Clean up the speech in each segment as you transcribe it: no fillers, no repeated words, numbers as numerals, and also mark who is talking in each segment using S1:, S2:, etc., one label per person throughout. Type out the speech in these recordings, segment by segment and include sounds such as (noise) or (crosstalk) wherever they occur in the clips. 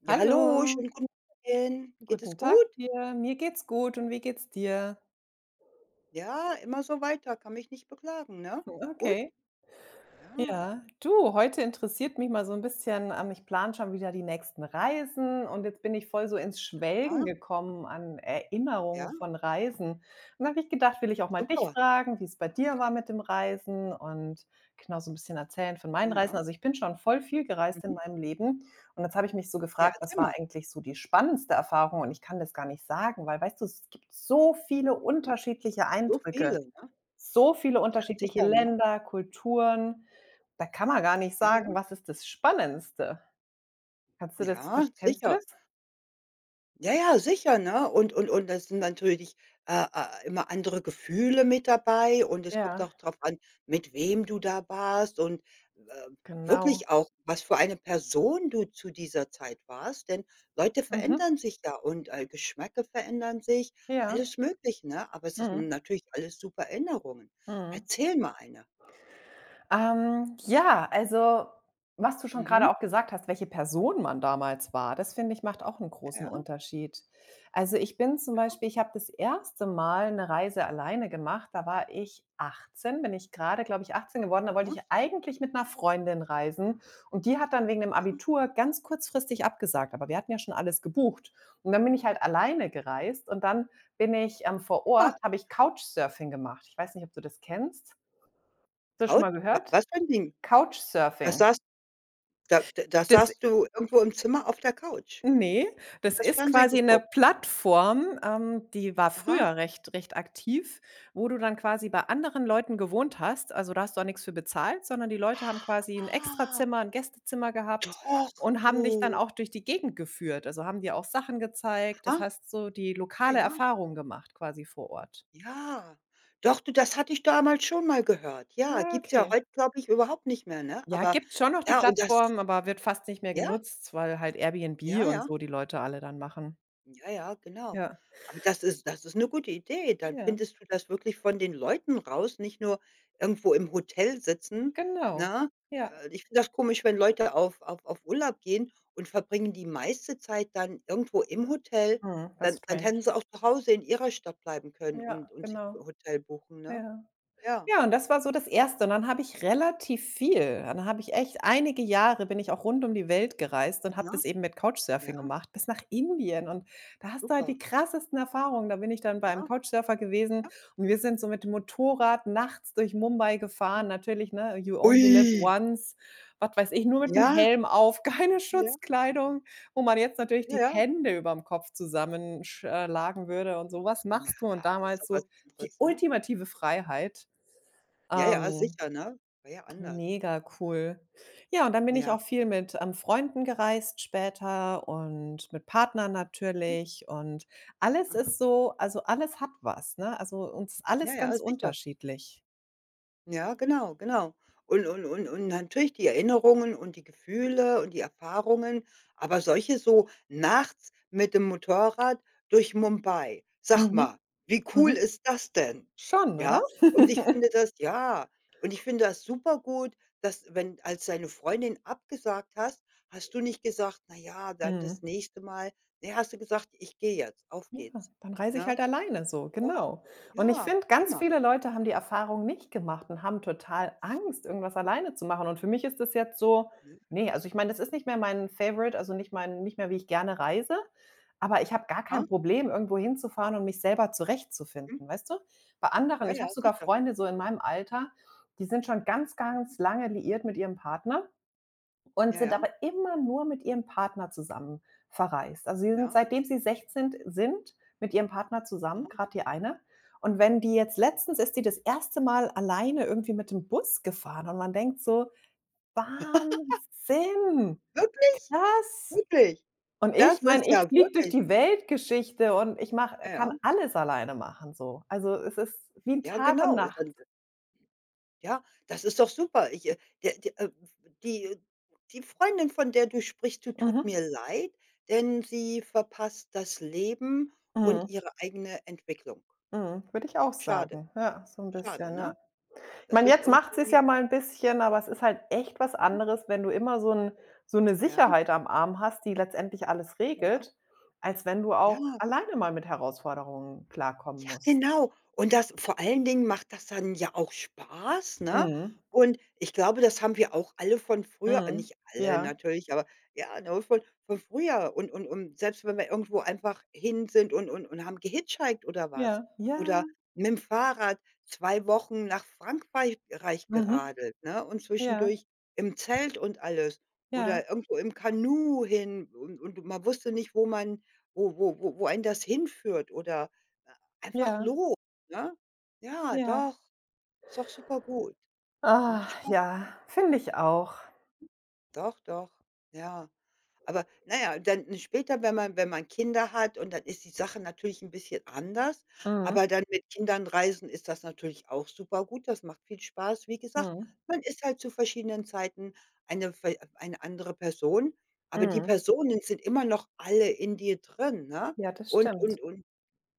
S1: Ja, hallo,
S2: Hallo,
S1: schönen guten Morgen. Geht
S2: guten
S1: es
S2: Tag
S1: gut?
S2: dir. Mir geht's gut und wie geht's dir?
S1: Ja, immer so weiter, kann mich nicht beklagen, ne? Gut?
S2: Okay.
S1: Ja,
S2: Ja, du, heute interessiert mich mal so ein bisschen, ich plane schon wieder die nächsten Reisen und jetzt bin ich voll so ins Schwelgen
S1: ja,
S2: gekommen an Erinnerungen
S1: ja,
S2: von Reisen. Und da habe ich gedacht, will ich auch mal dich
S1: super.
S2: fragen, wie es bei dir war mit dem Reisen und genau so ein bisschen erzählen von
S1: Ja,
S2: meinen Reisen.
S1: ja.
S2: Also, ich bin schon voll viel gereist in
S1: Mhm.
S2: meinem Leben und jetzt habe ich mich so
S1: Ja,
S2: gefragt, was
S1: erzähl
S2: war
S1: mal.
S2: eigentlich so die spannendste Erfahrung, und ich kann das gar nicht sagen, weil, weißt du, es gibt so viele
S1: Mhm.
S2: unterschiedliche
S1: So
S2: Eindrücke.
S1: viele, ne?
S2: So viele
S1: Ja,
S2: unterschiedliche
S1: sicher, ne?
S2: Länder, Kulturen, da kann man gar nicht
S1: Ja,
S2: sagen,
S1: ja.
S2: was ist das Spannendste? Kannst du das
S1: Ja,
S2: verst Kennst du
S1: sicher.
S2: das?
S1: Ja, ja, sicher, ne? Und da sind natürlich, immer andere Gefühle mit dabei, und es kommt
S2: Ja,
S1: auch drauf an, mit wem du da warst, und äh,
S2: genau.
S1: wirklich auch, was für eine Person du zu dieser Zeit warst, denn Leute
S2: Mhm.
S1: verändern sich ja und Geschmäcker verändern sich,
S2: Ja.
S1: alles möglich, ne? Aber es sind
S2: Mhm.
S1: natürlich alles super Erinnerungen.
S2: Mhm.
S1: Erzähl mal eine.
S2: Ja, also, was du schon gerade
S1: Mhm.
S2: auch gesagt hast, welche Person man damals war, das finde ich, macht auch einen
S1: Ja,
S2: großen
S1: ja.
S2: Unterschied. Also, ich bin zum Beispiel ich habe das erste Mal eine Reise alleine gemacht, da war ich 18, bin ich gerade, glaube ich, 18 geworden. Da wollte
S1: Aha.
S2: ich eigentlich mit einer Freundin reisen und die hat dann wegen dem
S1: Ja.
S2: Abitur ganz kurzfristig abgesagt, aber wir hatten ja schon alles gebucht. Und dann
S1: Hm.
S2: bin ich halt alleine gereist und dann vor
S1: Ha,
S2: Ort habe ich Couchsurfing gemacht. Ich weiß nicht, ob du das kennst. Hast du das schon
S1: Kaut
S2: mal
S1: wa
S2: gehört?
S1: was für ein Ding? Das
S2: Couchsurfing.
S1: saß Da
S2: Das
S1: saßt du irgendwo im Zimmer auf der Couch
S2: Ne,
S1: und
S2: das
S1: hast
S2: ist
S1: Fernsehen
S2: quasi 'ne
S1: geguckt.
S2: Plattform, die war
S1: Aha.
S2: früher recht aktiv, wo du dann quasi bei anderen Leuten gewohnt hast. Also, da hast du auch nix für bezahlt, sondern die Leute haben quasi 'n
S1: Ah,
S2: Extrazimmer, 'n Gästezimmer gehabt
S1: doch,
S2: und haben dich dann
S1: du.
S2: auch durch die Gegend geführt. Also, haben dir auch Sachen gezeigt. Das
S1: Aha.
S2: hast so die
S1: Ja,
S2: lokale
S1: ja.
S2: Erfahrung gemacht quasi vor Ort.
S1: Ja. Doch, du, das hatte ich damals schon mal gehört. Ja,
S2: Ah,
S1: gibt's ja
S2: okay.
S1: heute, glaube ich, überhaupt nicht mehr, ne?
S2: Ja,
S1: Aber
S2: gibt's schon noch die
S1: ja, und das,
S2: Plattform, aber wird fast nicht mehr
S1: ja,
S2: genutzt, weil halt
S1: ja,
S2: Airbnb und
S1: ja.
S2: so die Leute alle dann machen.
S1: Ja, ja, genau.
S2: Ja.
S1: Aber das ist eine gute Idee. Dann
S2: Ja.
S1: findest du das wirklich von den Leuten raus, nicht nur irgendwo im Hotel sitzen.
S2: Genau,
S1: Na.
S2: ja.
S1: Ich finde das komisch, wenn Leute auf Urlaub gehen und verbringen die meiste Zeit dann irgendwo im Hotel.
S2: Mhm, das
S1: Dann
S2: ist strange.
S1: hätten sie auch zu Hause in ihrer Stadt bleiben können
S2: Ja,
S1: und sich 'n
S2: genau.
S1: Hotel buchen, ne?
S2: Ja.
S1: Ja,
S2: Ja, und das war so das Erste. Und dann habe ich relativ viel dann habe ich echt einige Jahre bin ich auch rund um die Welt gereist und habe
S1: aha,
S2: das eben mit
S1: ja,
S2: Couchsurfing gemacht, bis nach Indien. Und da hast du halt die
S1: super.
S2: krassesten Erfahrungen. Da bin ich dann bei
S1: Ja,
S2: einem Couchsurfer gewesen
S1: ja.
S2: und wir sind so mit dem Motorrad nachts durch Mumbai
S1: Hm.
S2: gefahren. Natürlich, ne, you only live
S1: Ui,
S2: once, was weiß ich, nur mit dem
S1: ja,
S2: Helm auf, (laughs) keine
S1: ja,
S2: Schutzkleidung, wo man jetzt natürlich die
S1: ja, ja.
S2: Hände überm Kopf zusammenschlagen würde und so, was
S1: Na,
S2: machst du? Und
S1: ist
S2: damals
S1: doch
S2: so
S1: was
S2: die
S1: anderes, ne?
S2: ultimative Freiheit.
S1: Ja, ja,
S2: Ähm,
S1: sicher, ne? War ja anders.
S2: Mega cool. Ja, und dann bin ich
S1: Ja.
S2: auch viel mit, Freunden gereist später und mit Partnern
S1: Mhm.
S2: natürlich, und alles
S1: Aha.
S2: ist so also, alles hat was, ne? Also, uns ist
S1: Ja,
S2: alles ganz
S1: ja, sicher.
S2: unterschiedlich.
S1: Ja, genau, genau. Und natürlich die Erinnerungen und die Gefühle und die Erfahrungen, aber solche so nachts mit dem Motorrad durch Mumbai. Sag
S2: Mhm,
S1: mal, wie cool
S2: mhm.
S1: ist das denn?
S2: Schon,
S1: Ja,
S2: oder?
S1: und ich finde
S2: (laughs)
S1: das ja, und ich finde das super gut, dass, wenn als deine Freundin abgesagt hast, hast du nicht gesagt: „Na ja, dann das
S2: Mhm.
S1: nächste Mal." Ne, hast du gesagt: „Ich gehe jetzt, auf
S2: Ja,
S1: geht's."
S2: dann reise ich
S1: Ne?
S2: halt alleine so,
S1: Doch,
S2: genau. Und ich
S1: ja,
S2: finde, ganz
S1: prima,
S2: viele Leute haben die Erfahrung nicht gemacht und haben total Angst, irgendwas alleine zu machen. Und für mich ist das jetzt so,
S1: ne?
S2: nee, also ich meine, das ist nicht mehr mein Favorite, also nicht mehr, wie ich gerne reise, aber ich habe gar kein
S1: Ne?
S2: Problem, irgendwo hinzufahren und mich selber
S1: Mhm.
S2: zurechtzufinden, weißt du? Bei anderen
S1: Ja,
S2: Ich
S1: ja,
S2: habe sogar
S1: sicher.
S2: Freunde so in meinem Alter, die sind schon ganz, ganz lange liiert mit ihrem Partner und
S1: Ja,
S2: sind
S1: ja,
S2: aber immer nur mit ihrem Partner zusammen verreist. Also, sie sind,
S1: ja.
S2: seitdem sie 16 sind, mit ihrem Partner zusammen,
S1: Aha.
S2: gerade die eine. Und wenn die jetzt letztens ist die das erste Mal alleine irgendwie mit dem Bus gefahren und man denkt so: „Wahnsinn,
S1: Wirklich?
S2: krass.“
S1: Wirklich?
S2: Und ich
S1: Das ist
S2: meine, ich
S1: ja
S2: fliege durch
S1: wirklich,
S2: die Weltgeschichte und ich mache
S1: ja, ja.
S2: kann alles alleine machen so. Also, es ist wie 'n
S1: Ja,
S2: Tag und
S1: genau. Ist
S2: Nacht.
S1: dann ja, das ist doch super. Ich, der der, die die Freundin, von der du sprichst, du tut
S2: Mhm.
S1: mir leid, denn sie verpasst das Leben und
S2: Mhm.
S1: ihre eigene Entwicklung.
S2: Mhm. Würde ich auch
S1: Schade,
S2: sagen. Ja, so 'n
S1: schade,
S2: bisschen, ja.
S1: ne?
S2: Ich
S1: Das
S2: meine,
S1: ist
S2: jetzt macht sie's
S1: irgendwie.
S2: ja mal ein bisschen, aber es ist halt echt was
S1: Mhm,
S2: anderes, wenn du immer so 'n so 'ne
S1: ja,
S2: Sicherheit am Arm hast, die letztendlich alles
S1: ja, ja.
S2: regelt, als wenn du auch
S1: Ja.
S2: alleine mal mit Herausforderungen klarkommen
S1: Ja,
S2: musst.
S1: genau. Und das vor allen Dingen macht das dann ja auch Spaß, ne?
S2: Mhm.
S1: Und ich glaube, das haben wir auch alle von früher,
S2: Mhm.
S1: nicht alle
S2: Ja,
S1: natürlich, aber ja, ne, von früher, und und selbst wenn wir irgendwo einfach hin sind und und haben gehitchhiked oder was,
S2: ja,
S1: oder
S2: ja.
S1: mit dem Fahrrad 2 Wochen nach Frankreich reich
S2: Mhm.
S1: geradelt, ne, und
S2: Ja,
S1: zwischendurch im Zelt und alles,
S2: ja,
S1: oder irgendwo im Kanu hin, und man wusste nicht, wo man wo einen das hinführt, oder einfach
S2: ja,
S1: los, ne? Ja,
S2: ja.
S1: doch, ist doch supergut.
S2: Ah,
S1: Macht Spaß.
S2: ja, finde ich auch.
S1: Doch, doch, ja. Aber na ja, dann später, wenn man wenn man Kinder hat, und dann ist die Sache natürlich 'n bisschen anders, aber
S2: Mhm.
S1: dann mit Kindern reisen ist das natürlich auch supergut. Das macht viel Spaß. Wie gesagt,
S2: Mhm.
S1: man ist halt zu verschiedenen Zeiten eine andere Person, aber die
S2: Mhm.
S1: Personen sind immer noch alle in dir drin, ne?
S2: Ja, das
S1: Und
S2: stimmt.
S1: und und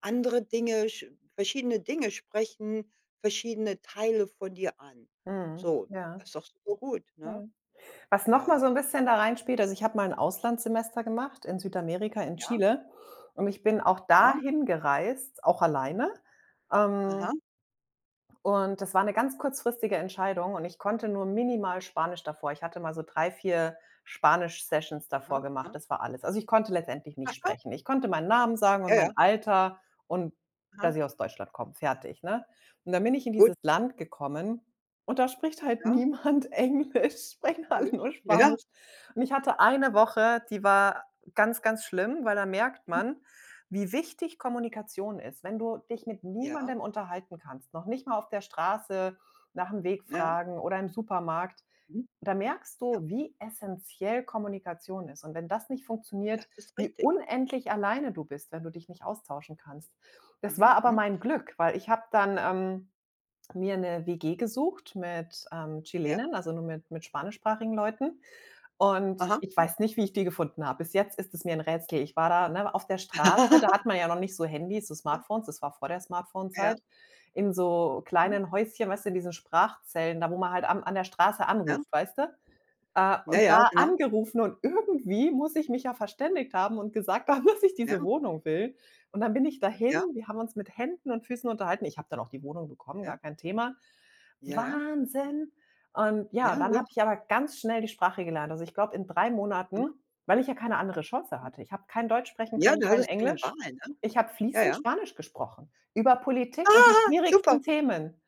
S1: Andere Dinge sch verschiedene Dinge sprechen verschiedene Teile von dir an.
S2: Mhm.
S1: So, das
S2: Ja,
S1: ist doch super gut,
S2: ja.
S1: ne?
S2: Was noch mal
S1: Ja,
S2: so ein bisschen da reinspielt, also, ich habe mal ein Auslandssemester gemacht in Südamerika, in
S1: ja,
S2: Chile, und ich bin auch
S1: aha,
S2: dahin gereist, auch alleine,
S1: aha,
S2: ähm, und das war eine ganz kurzfristige Entscheidung, und ich konnte nur minimal Spanisch davor. Ich hatte mal so 3, 4 Spanisch-Sessions
S1: aha,
S2: davor gemacht,
S1: aha,
S2: das war alles. Also, ich konnte letztendlich nicht
S1: aha,
S2: sprechen. Ich konnte meinen Namen sagen und
S1: ja,
S2: mein
S1: ja,
S2: Alter und dass
S1: aha,
S2: ich aus Deutschland komme, fertig, ne? Und dann bin ich in dieses
S1: gut,
S2: Land gekommen, und da spricht halt
S1: ja,
S2: niemand (laughs) Englisch, sprechen alle
S1: natürlich.
S2: nur
S1: Ja, ja,
S2: Spanisch. Und ich hatte eine Woche, die war ganz, ganz schlimm, weil da merkt
S1: mhm,
S2: man, wie wichtig Kommunikation ist, wenn du dich mit
S1: ja,
S2: niemandem unterhalten kannst, noch nicht mal auf der Straße nach dem Weg
S1: ja,
S2: fragen oder im Supermarkt.
S1: mhm,
S2: Da merkst
S1: ja,
S2: du, wie essentiell Kommunikation ist. Und wenn das nicht funktioniert,
S1: das ist
S2: wie
S1: richtig.
S2: unendlich alleine du bist, wenn du dich nicht austauschen kannst. Das war
S1: Mhm,
S2: aber
S1: mhm,
S2: mein Glück, weil ich habe dann, mir eine WG gesucht mit,
S1: ja,
S2: Chilenen, also nur mit spanischsprachigen Leuten. Und
S1: aha,
S2: ich weiß nicht, wie ich die gefunden habe. Bis jetzt ist es mir 'n Rätsel. Ich war da, ne, auf der Straße, da hat man
S1: (laughs)
S2: ja noch nicht so Handys, so
S1: aha,
S2: Smartphones, das war vor der
S1: ja, ja,
S2: Smartphone-Zeit, in so
S1: mhm,
S2: kleinen Häuschen, weißt du, in diesen Sprachzellen, da wo man halt am an der Straße
S1: ja,
S2: anruft, weißt du? Äh,
S1: ja,
S2: und
S1: ja,
S2: da
S1: genau,
S2: angerufen und irgendwie muss ich mich ja verständigt haben und gesagt haben, (laughs) dass ich
S1: ja,
S2: diese Wohnung will. Und dann bin ich dahin,
S1: ja,
S2: wir haben uns mit Händen und Füßen unterhalten. Ich habe dann auch die Wohnung bekommen, gar
S1: ja,
S2: kein Thema.
S1: ja,
S2: Wahnsinn. Und ja,
S1: ja, ja,
S2: dann
S1: ja,
S2: habe ich aber ganz schnell die Sprache gelernt. Also, ich glaube, in 3 Monaten,
S1: mhm,
S2: weil ich ja keine andere Chance
S1: mhm.
S2: hatte. Ich habe kein Deutsch sprechen
S1: Ja,
S2: können,
S1: du
S2: kein
S1: hattest keine
S2: Englisch.
S1: Wahl, ne?
S2: Ich habe
S1: Ja,
S2: fließend
S1: ja. (laughs)
S2: Spanisch gesprochen über Politik und die
S1: Ah,
S2: schwierigsten
S1: super.
S2: Themen.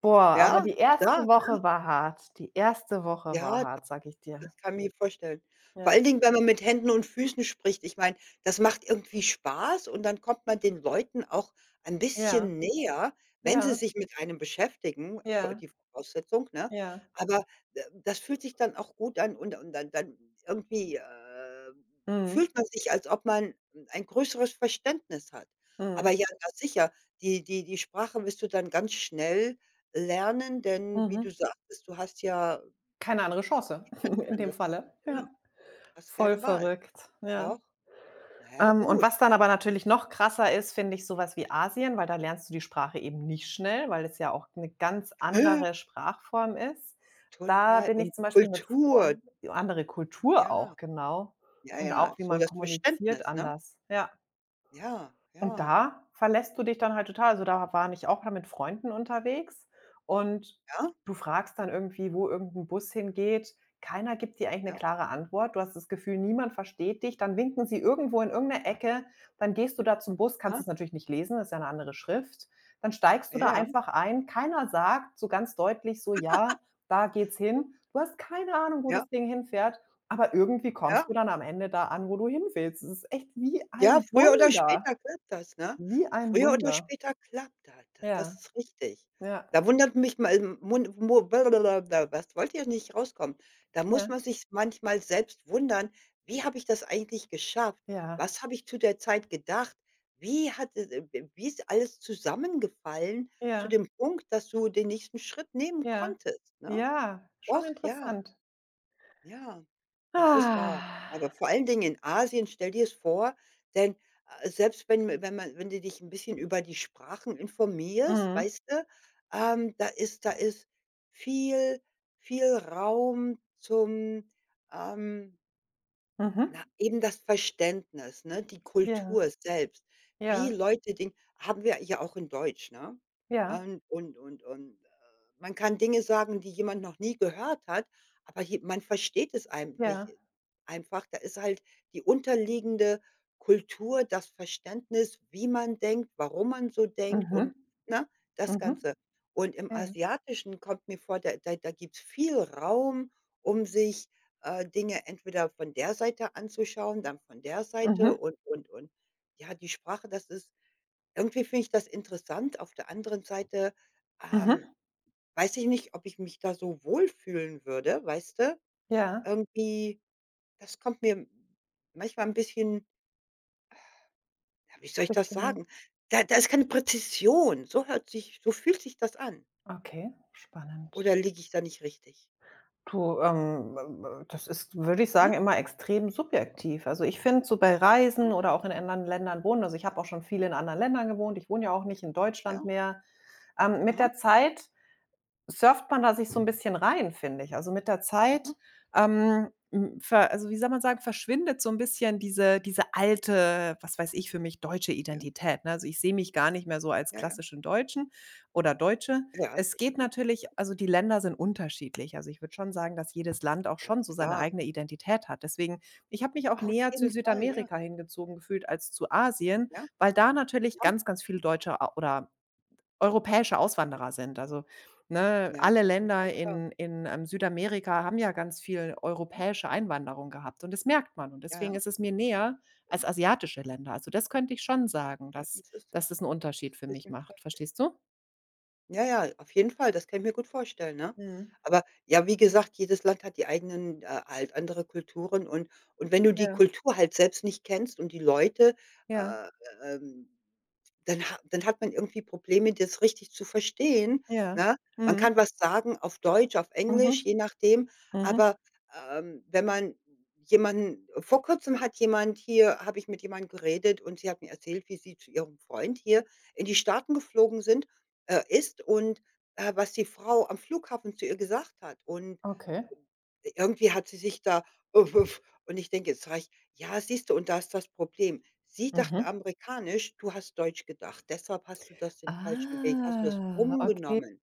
S2: Boah, aber
S1: Ja,
S2: die erste
S1: stark.
S2: Woche war hart. Die erste Woche war
S1: Ja,
S2: hart, sage ich dir.
S1: das kann ich mir vorstellen. Vor
S2: Ja,
S1: allen Dingen, wenn man mit Händen und Füßen spricht. Ich meine, das macht irgendwie Spaß, und dann kommt man den Leuten auch ein
S2: ja,
S1: bisschen näher, wenn sie
S2: ja,
S1: sich mit einem beschäftigen, v
S2: ja,
S1: die Voraussetzung, ne?
S2: ja.
S1: Aber das fühlt sich dann auch gut an, und dann irgendwie,
S2: Mhm,
S1: fühlt man sich, als ob man ein größeres Verständnis hat. Aber
S2: mhm,
S1: ja, na sicher, die Sprache wirst du dann ganz schnell lernen, denn wie
S2: mhm.
S1: du sagtest, du hast ja
S2: Keine andere Chance
S1: geht ja nicht
S2: (laughs) in dem
S1: anders,
S2: Falle.
S1: ne?
S2: Ja,
S1: Hast
S2: voll
S1: keine Wahl.
S2: verrückt, ja.
S1: Doch, na ja,
S2: Und
S1: gut.
S2: was dann aber natürlich noch krasser ist, finde ich, sowas wie Asien, weil da lernst du die Sprache eben nicht schnell, weil es ja auch eine ganz
S1: Hä?
S2: andere Sprachform ist. Da
S1: Total.
S2: bin ich
S1: Und
S2: zum
S1: die
S2: Beispiel mit
S1: Kultur,
S2: Freunden andere Kultur
S1: ja,
S2: auch, genau.
S1: ja,
S2: Und
S1: ja,
S2: auch, wie
S1: so
S2: man
S1: das
S2: kommuniziert,
S1: Verständnis, ne?
S2: anders. Ja.
S1: Ja,
S2: Und
S1: ja,
S2: da verlässt du dich dann halt total. Also, da war ich auch mal mit Freunden unterwegs und
S1: ja,
S2: du fragst dann irgendwie, wo irgendein Bus hingeht. Keiner gibt dir eigentlich eine
S1: ja,
S2: klare
S1: mhm,
S2: Antwort. Du hast das Gefühl, niemand versteht dich. Dann winken sie irgendwo in irgend 'ne Ecke. Dann gehst du da zum Bus, kannst
S1: aha,
S2: es natürlich nicht lesen, das ist ja eine andere Schrift. Dann steigst du
S1: ja,
S2: da
S1: ja,
S2: einfach ein. Keiner sagt so ganz deutlich so: „Ja, da geht's
S1: mhm,
S2: hin.“ Du hast keine Ahnung, wo das
S1: ja,
S2: Ding hinfährt, aber irgendwie kommst du
S1: ja.
S2: dann am Ende da an, wo du hin willst. Es ist echt wie
S1: Ja,
S2: ein
S1: früher oder
S2: Wunder.
S1: später klappt das, ne?
S2: Wie ein
S1: Früher oder
S2: Wunder.
S1: später klappt halt das. Da, das
S2: Ja,
S1: ist richtig.
S2: ja,
S1: Da wundert mich mal Mund mu blablabla, was wollte ja nicht rauskommen. Da muss
S2: ja,
S1: man sich manchmal selbst wundern: „Wie habe ich das eigentlich geschafft?
S2: ja,
S1: Was habe ich zu der Zeit gedacht? Wie hat es w wie ist alles zusammengefallen zu
S2: ja,
S1: dem Punkt, dass du den nächsten Schritt nehmen
S2: ja,
S1: konntest", ne?
S2: ja, schon
S1: Doch, ja.
S2: interessant.
S1: Ja, das ist wahr.
S2: Ah.
S1: Aber vor allen Dingen in Asien, stell dir es vor, denn selbst, wenn wenn man wenn du dich ein bisschen über die Sprachen informierst,
S2: Mhm,
S1: weißt du, da ist viel viel Raum zum ähm
S2: mhm.
S1: na, eben das Verständnis, ne, die
S2: Ja,
S1: Kultur selbst, wie
S2: ja,
S1: Leute Dinge haben wir ja auch in Deutsch, ne?
S2: ja,
S1: Und, man kann Dinge sagen, die jemand noch nie gehört hat, aber je man versteht es eigentlich
S2: ja.
S1: einfach. Da ist halt die unterliegende Kultur, das Verständnis, wie man denkt, warum man so denkt,
S2: Mhm,
S1: und, ne, das
S2: mhm,
S1: Ganze. Und im
S2: ja,
S1: Asiatischen kommt mir vor, da da gibt's viel Raum, um sich Dinge entweder von der Seite anzuschauen, dann von der
S2: mhm,
S1: Seite. Ja, die Sprache, das ist irgendwie finde ich das interessant. Auf der anderen Seite, ähm,
S2: mhm,
S1: weiß ich nicht, ob ich mich da so wohlfühlen würde, weißt du?
S2: ja,
S1: Irgendwie, das kommt mir manchmal ein bisschen, ja, wie soll ich das
S2: bisschen
S1: sagen? Da ist keine Präzision. So fühlt sich das an.
S2: okay, spannend.
S1: Oder liege ich da nicht richtig?
S2: Du, w das ist, würde ich
S1: Ne?
S2: sagen, immer extrem subjektiv. Also, ich finde so bei Reisen oder auch in anderen Ländern wohnen, also, ich habe auch schon viel in anderen Ländern gewohnt. Ich wohne ja auch nicht in Deutschland
S1: Ja,
S2: mehr. Mit
S1: aha,
S2: der Zeit surft man da sich so 'n bisschen rein, finde ich. Also, mit der
S1: aha,
S2: Zeit, hm, ver also, wie soll man sagen, verschwindet so 'n bisschen diese alte, was weiß ich, für mich deutsche
S1: ja,
S2: Identität, ne? Also, ich sehe mich gar nicht mehr so als
S1: ja, ja,
S2: klassischen Deutschen oder Deutsche.
S1: ja,
S2: Es
S1: sicher,
S2: geht
S1: ne?
S2: natürlich, also, die Länder sind unterschiedlich. Also, ich würde schon sagen, dass jedes Land auch
S1: Ganz
S2: schon so seine
S1: klar.
S2: eigene Identität hat. Deswegen, ich habe mich auch
S1: Auf
S2: näher zu
S1: jeden Fall, ja,
S2: Südamerika hingezogen gefühlt als zu Asien,
S1: ja,
S2: weil da natürlich
S1: ja,
S2: ganz, ganz viele Deutsche a oder europäische
S1: ja,
S2: Auswanderer sind. Also, ne,
S1: ja,
S2: alle
S1: das habe ich schon
S2: Länder
S1: gehört.
S2: in in Südamerika haben ja ganz viel
S1: Ja,
S2: europäische Einwanderung gehabt, und das merkt man, und
S1: ja, ja.
S2: deswegen ist es mir näher als
S1: Mhm.
S2: asiatische Länder. Also, das könnte ich schon sagen,
S1: Ja,
S2: dass
S1: das ist
S2: dass das einen
S1: das
S2: Unterschied
S1: ist
S2: für
S1: 'n
S2: mich
S1: bisschen frech.
S2: macht. Verstehst du?
S1: Ja, ja, auf jeden Fall, das kann ich mir gut vorstellen, ne?
S2: Mhm.
S1: Aber ja, wie gesagt, jedes Land hat die eigenen, halt andere Kulturen, und wenn du die
S2: Ja,
S1: Kultur halt selbst nicht kennst und die Leute,
S2: ja,
S1: äh, ähm, dann hat man irgendwie Probleme, das richtig zu verstehen,
S2: ja.
S1: ne? Man
S2: Mhm.
S1: kann was sagen auf Deutsch, auf Englisch,
S2: Mhm,
S1: je nachdem,
S2: mhm.
S1: aber wenn man, jemanden vor Kurzem hat jemand hier, habe ich mit jemandem geredet, und sie hat mir erzählt, wie sie zu ihrem Freund hier in die Staaten geflogen sind, ist, und was die Frau am Flughafen zu ihr gesagt hat. Und
S2: Okay.
S1: irgendwie hat sie sich da, uff, uff, und ich denke, jetzt sage ich: „Ja, siehst du, und da ist das Problem. Sie dachte
S2: Mhm.
S1: amerikanisch, du hast deutsch gedacht. Deshalb hast du das den falschen Weg hast du das
S2: Ah, okay,
S1: rumgenommen."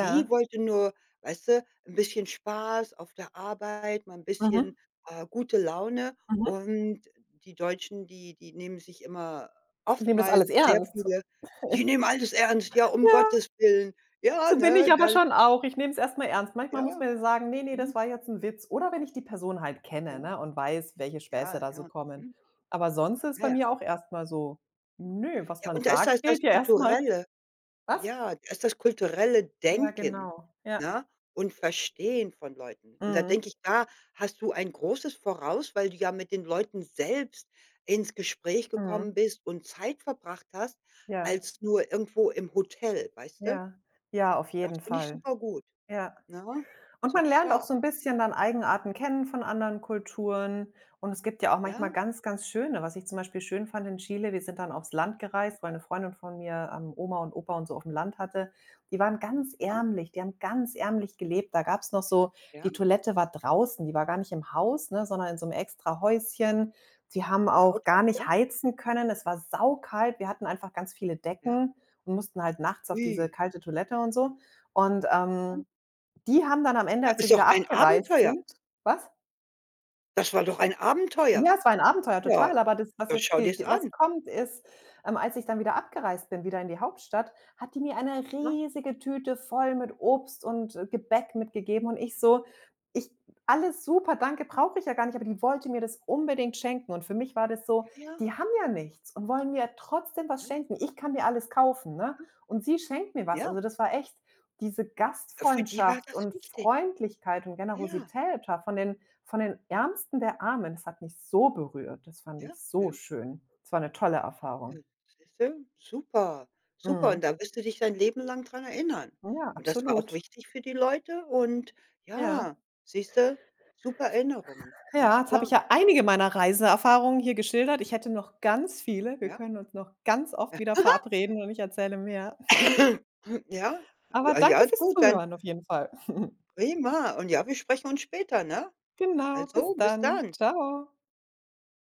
S1: Die wollte nur, weißt du, ein bisschen Spaß auf der Arbeit, mal ein
S2: Mhm,
S1: bisschen gute Laune,
S2: mhm.
S1: und die Deutschen, die nehmen sich immer,
S2: Die nehmen das
S1: oftmals
S2: alles
S1: sehr
S2: ernst.
S1: viele, die
S2: (laughs)
S1: nehmen alles ernst, ja, um Gottes Willen. Ja,
S2: So bin ich
S1: ne,
S2: aber
S1: dann,
S2: schon auch. Ich nehme es erst mal ernst. Manchmal
S1: ja,
S2: muss man ja sagen: „Nee, nee,
S1: mhm,
S2: das war jetzt 'n Witz.“ Oder wenn ich die Person halt kenne,
S1: ja,
S2: ne, und weiß, welche Späße
S1: ja,
S2: da so
S1: ja,
S2: kommen.
S1: mhm.
S2: Aber sonst ist
S1: Ja,
S2: bei
S1: ja.
S2: mir auch erst mal so: „Nö, was
S1: Ja,
S2: man sagt, gilt ja erst mal.“ Was?
S1: da ist das kulturelle
S2: Ja,
S1: Denken,
S2: genau. Ja.
S1: ne, und Verstehen von Leuten. Und da
S2: Mhm.
S1: denke ich, da hast du ein großes Voraus, weil du ja mit den Leuten selbst ins Gespräch
S2: Mhm.
S1: gekommen bist und Zeit verbracht hast,
S2: Ja,
S1: als nur irgendwo im Hotel, weißt du?
S2: ja. Ja, auf
S1: Das
S2: jeden
S1: finde ich
S2: Fall.
S1: supergut,
S2: Ja.
S1: ne?
S2: Und
S1: Ist
S2: man
S1: doch
S2: lernt auch
S1: stark,
S2: so 'n bisschen dann Eigenarten kennen von anderen Kulturen. Und es gibt ja auch manchmal
S1: ja,
S2: ganz, ganz schöne, was ich zum Beispiel schön fand in Chile, wir sind dann aufs Land gereist, weil 'ne Freundin von mir, Oma und Opa und so aufm Land hatte. Die waren ganz
S1: ja,
S2: ärmlich, die haben ganz ärmlich gelebt. Da gab's noch so,
S1: ja.
S2: die Toilette war draußen, die war gar nicht im Haus, ne, sondern in so 'nem extra Häuschen. Die haben
S1: Ein
S2: auch
S1: Auto,
S2: gar nicht
S1: ja,
S2: heizen können. Es war saukalt. Wir hatten einfach ganz viele
S1: ja.
S2: Decken und mussten halt nachts auf diese
S1: Ui,
S2: kalte Toilette und so. Und,
S1: ja.
S2: ähm, die haben dann am Ende,
S1: Ja,
S2: als wir
S1: ist doch
S2: wieder
S1: ein
S2: abgereist
S1: Abenteuer.
S2: sind. Was?
S1: Das war doch ein Abenteuer.
S2: Ja, es war ein Abenteuer,
S1: Ja,
S2: total, aber das, was
S1: das
S2: jetzt
S1: schau
S2: die
S1: dir's
S2: die was
S1: an.
S2: kommt, ist, als ich dann wieder abgereist bin, wieder in die Hauptstadt, hat die mir eine
S1: Ne?
S2: riesige Tüte voll mit Obst und, Gebäck mitgegeben, und ich so: „Ich, alles super, danke, brauche ich ja gar nicht“, aber die wollte mir das unbedingt schenken, und für mich war das so:
S1: Ja, ja,
S2: „Die haben ja nichts und wollen mir trotzdem was
S1: ja,
S2: schenken. Ich kann mir alles kaufen, ne,
S1: ja,
S2: und sie schenkt mir was.“
S1: ja.
S2: Also, das war echt diese
S1: Für die war
S2: Gastfreundschaft
S1: das
S2: und
S1: wichtig.
S2: Freundlichkeit und
S1: Ja,
S2: Generosität, ja, von den Ärmsten der Armen. Das hat mich so berührt. Das fand
S1: ja,
S2: ich so
S1: ja,
S2: schön. Es war 'ne tolle
S1: ja,
S2: Erfahrung.
S1: siehste, super, super. Und
S2: Mhm.
S1: da wirst du dich dein Leben lang dran erinnern.
S2: Ja,
S1: Und das war auch
S2: absolut.
S1: wichtig für die Leute, und
S2: Ja.
S1: ja, siehste, super Erinnerungen,
S2: Ja,
S1: ganz
S2: jetzt
S1: klar,
S2: habe ich ja einige meiner Reiseerfahrungen hier geschildert. Ich hätte noch ganz viele. Wir
S1: ja.
S2: können uns noch ganz oft wieder
S1: (clears throat)
S2: verabreden und ich erzähle mehr.
S1: (coughs) Ja,
S2: Aber danke
S1: ja,
S2: fürs
S1: gut, dann
S2: Zuhören auf jeden Fall. (laughs)
S1: prima. Und ja, wir sprechen uns später, ne?
S2: Genau, bis
S1: Also, bis
S2: dann.
S1: dann.
S2: Tschau.